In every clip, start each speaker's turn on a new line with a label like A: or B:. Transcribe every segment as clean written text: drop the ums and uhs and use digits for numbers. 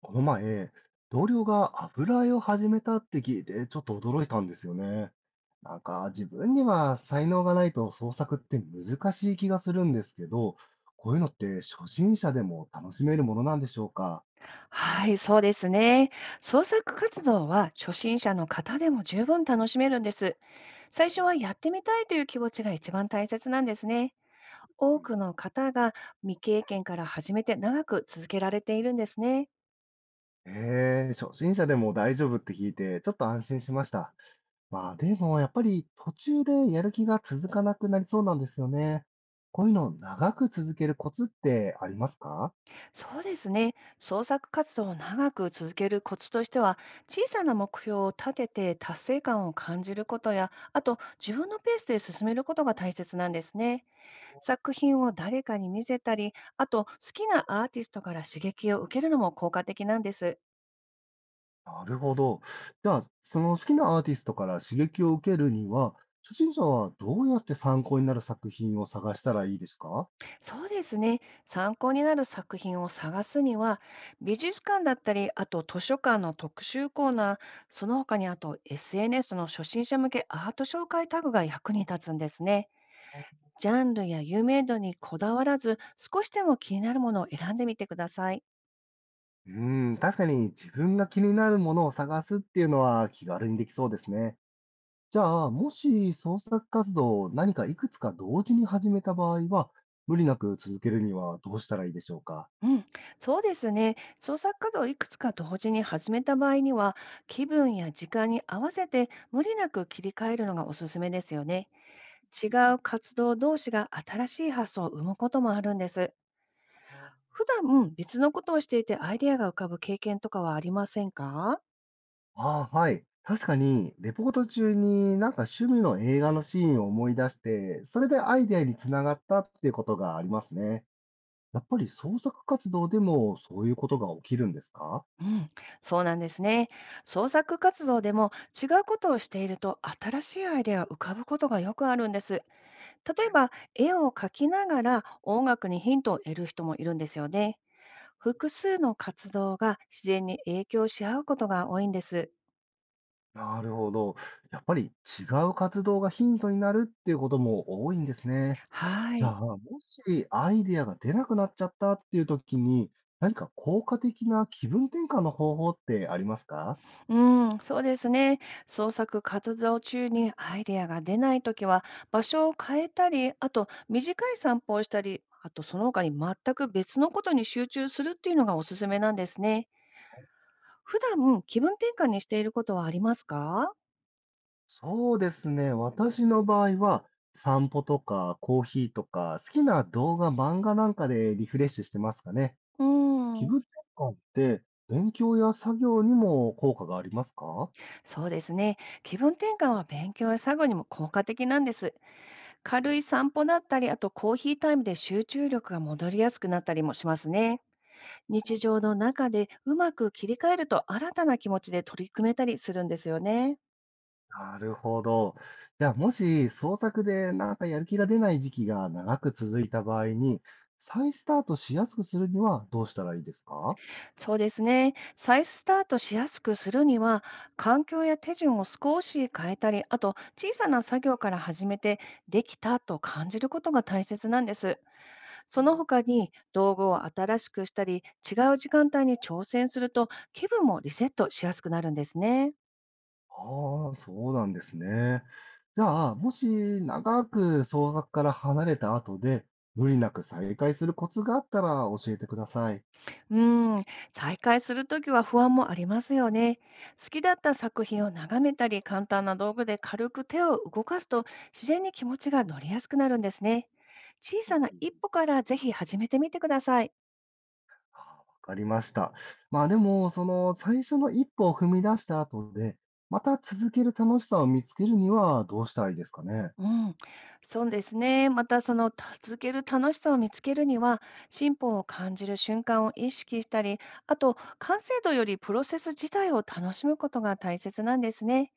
A: この前、同僚が油絵を始めたって聞いて、ちょっと驚いたんですよね。なんか自分には才能がないと創作って難しい気がするんですけど、こういうのって初心者でも楽しめるものなんでしょうか？
B: はい、そうですね。創作活動は初心者の方でも十分楽しめるんです。最初はやってみたいという気持ちが一番大切なんですね。
A: う
B: 多く
A: ん。
B: の方が未経験から始めて長く続けられているんですね。
A: ええ、初心者でも大丈夫って聞いて、ちょっと安心しました。まあでもやっぱり途中でやる気が続かなくなりそうなんですよね。こういうのを長く続けるコツってありますか？
B: そうですね。創作活動を長く続けるコツとしては、小さな目標を立てて達成感を感じることや、あと自分のペースで進めることが大切なんですね。作品を誰かに見せたり、あと好きなアーティストから刺激を受けるのも効果的なんです。
A: なるほど。じゃあ、その好きなアーティストから刺激を受けるには、初心者はどうやって参考になる作品を探したらいいですか？
B: そうですね。参考になる作品を探すには、美術館だったり、あと図書館の特集コーナー、その他にあと SNS の初心者向けアート紹介タグが役に立つんですね。ジャンルや有名度にこだわらず、少しでも気になるものを選んでみてください。
A: うーん、確かに自分が気になるものを探すっていうのは気軽にできそうですね。じゃあ、もし創作活動を何かいくつか同時に始めた場合は、無理なく続けるにはどうしたらいいでしょうか？
B: うん、そうですね。創作活動をいくつか同時に始めた場合には、気分や時間に合わせて無理なく切り替えるのがおすすめですよね。違う活動同士が新しい発想を生むこともあるんです。普段別のことをしていてアイデアが浮かぶ経験とかはありませんか？
A: ああ、はい。確かに、レポート中になんか趣味の映画のシーンを思い出して、それでアイデアにつながったっていうことがありますね。やっぱり創作活動でもそういうことが起きるんですか？
B: うん、そうなんですね。創作活動でも違うことをしていると新しいアイデアが浮かぶことがよくあるんです。例えば、絵を描きながら音楽にヒントを得る人もいるんですよね。複数の活動が自然に影響し合うことが多いんです。
A: なるほど。やっぱり違う活動がヒントになるっていうことも多いんですね。
B: は
A: じゃ
B: い。
A: あ、もしアイデアが出なくなっちゃったっていう時に、何か効果的な気分転換の方法ってありますか？
B: うん、そうですね。創作活動中にアイデアが出ないときは、場所を変えたり、あと短い散歩をしたり、あとその他に全く別のことに集中するっていうのがおすすめなんですね。普段気分転換にしていることはありますか？
A: そうですね。私の場合は、散歩とかコーヒーとか、好きな動画、漫画なんかでリフレッシュしてますかね。
B: う
A: 気
B: ん。
A: 分転換って勉強や作業にも効果がありますか？
B: そうですね。気分転換は勉強や作業にも効果的なんです。軽い散歩だったり、あとコーヒータイムで集中力が戻りやすくなったりもしますね。
A: ほう
B: 日
A: ほ
B: 常
A: う、
B: の中でうまく切り替えると新たな気持ちで取り組めたりするんですよね。
A: なるほど。じゃあ、もし創作でなんかやる気が出ない時期が長く続いた場合に、再スタートしやすくするにはどうしたらいいですか？
B: そうですね。再スタートしやすくするには、環境や手順を少し変えたり、あと小さな作業から始めてできたと感じることが大切なんです。その他に道具を新しくしたり、違う時間帯に挑戦すると気分もリセットしやすくなるんですね。
A: ああ、そうなんですね。じゃあ、もし長く創作から離れた後で、無理なく再開するコツがあったら教えてください。
B: うーん、再開するときは不安もありますよね。好きだった作品を眺めたり、簡単な道具で軽く手を動かすと自然に気持ちが乗りやすくなるんですね。小さな一歩からぜひ始めてみてください。
A: ああ、わかりました。まあでも、その最初の一歩を踏み出した後で、また続ける楽しさを見つけるにはどうしたらいいですかね。
B: うん、そうですね。また、その続ける楽しさを見つけるには、進歩を感じる瞬間を意識したり、あと、完成度よりプロセス自体を楽しむことが大切なんですね。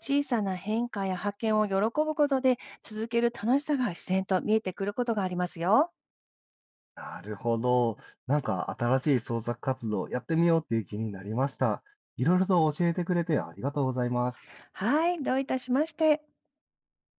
B: 小さな変化や発見を喜ぶことで、続ける楽しさが自然と見えてくることがありますよ。
A: なるほど。なんか新しい創作活動やってみようっていう気になりました。いろいろと教えてくれてありがとうございます。
B: はい、どういたしまして。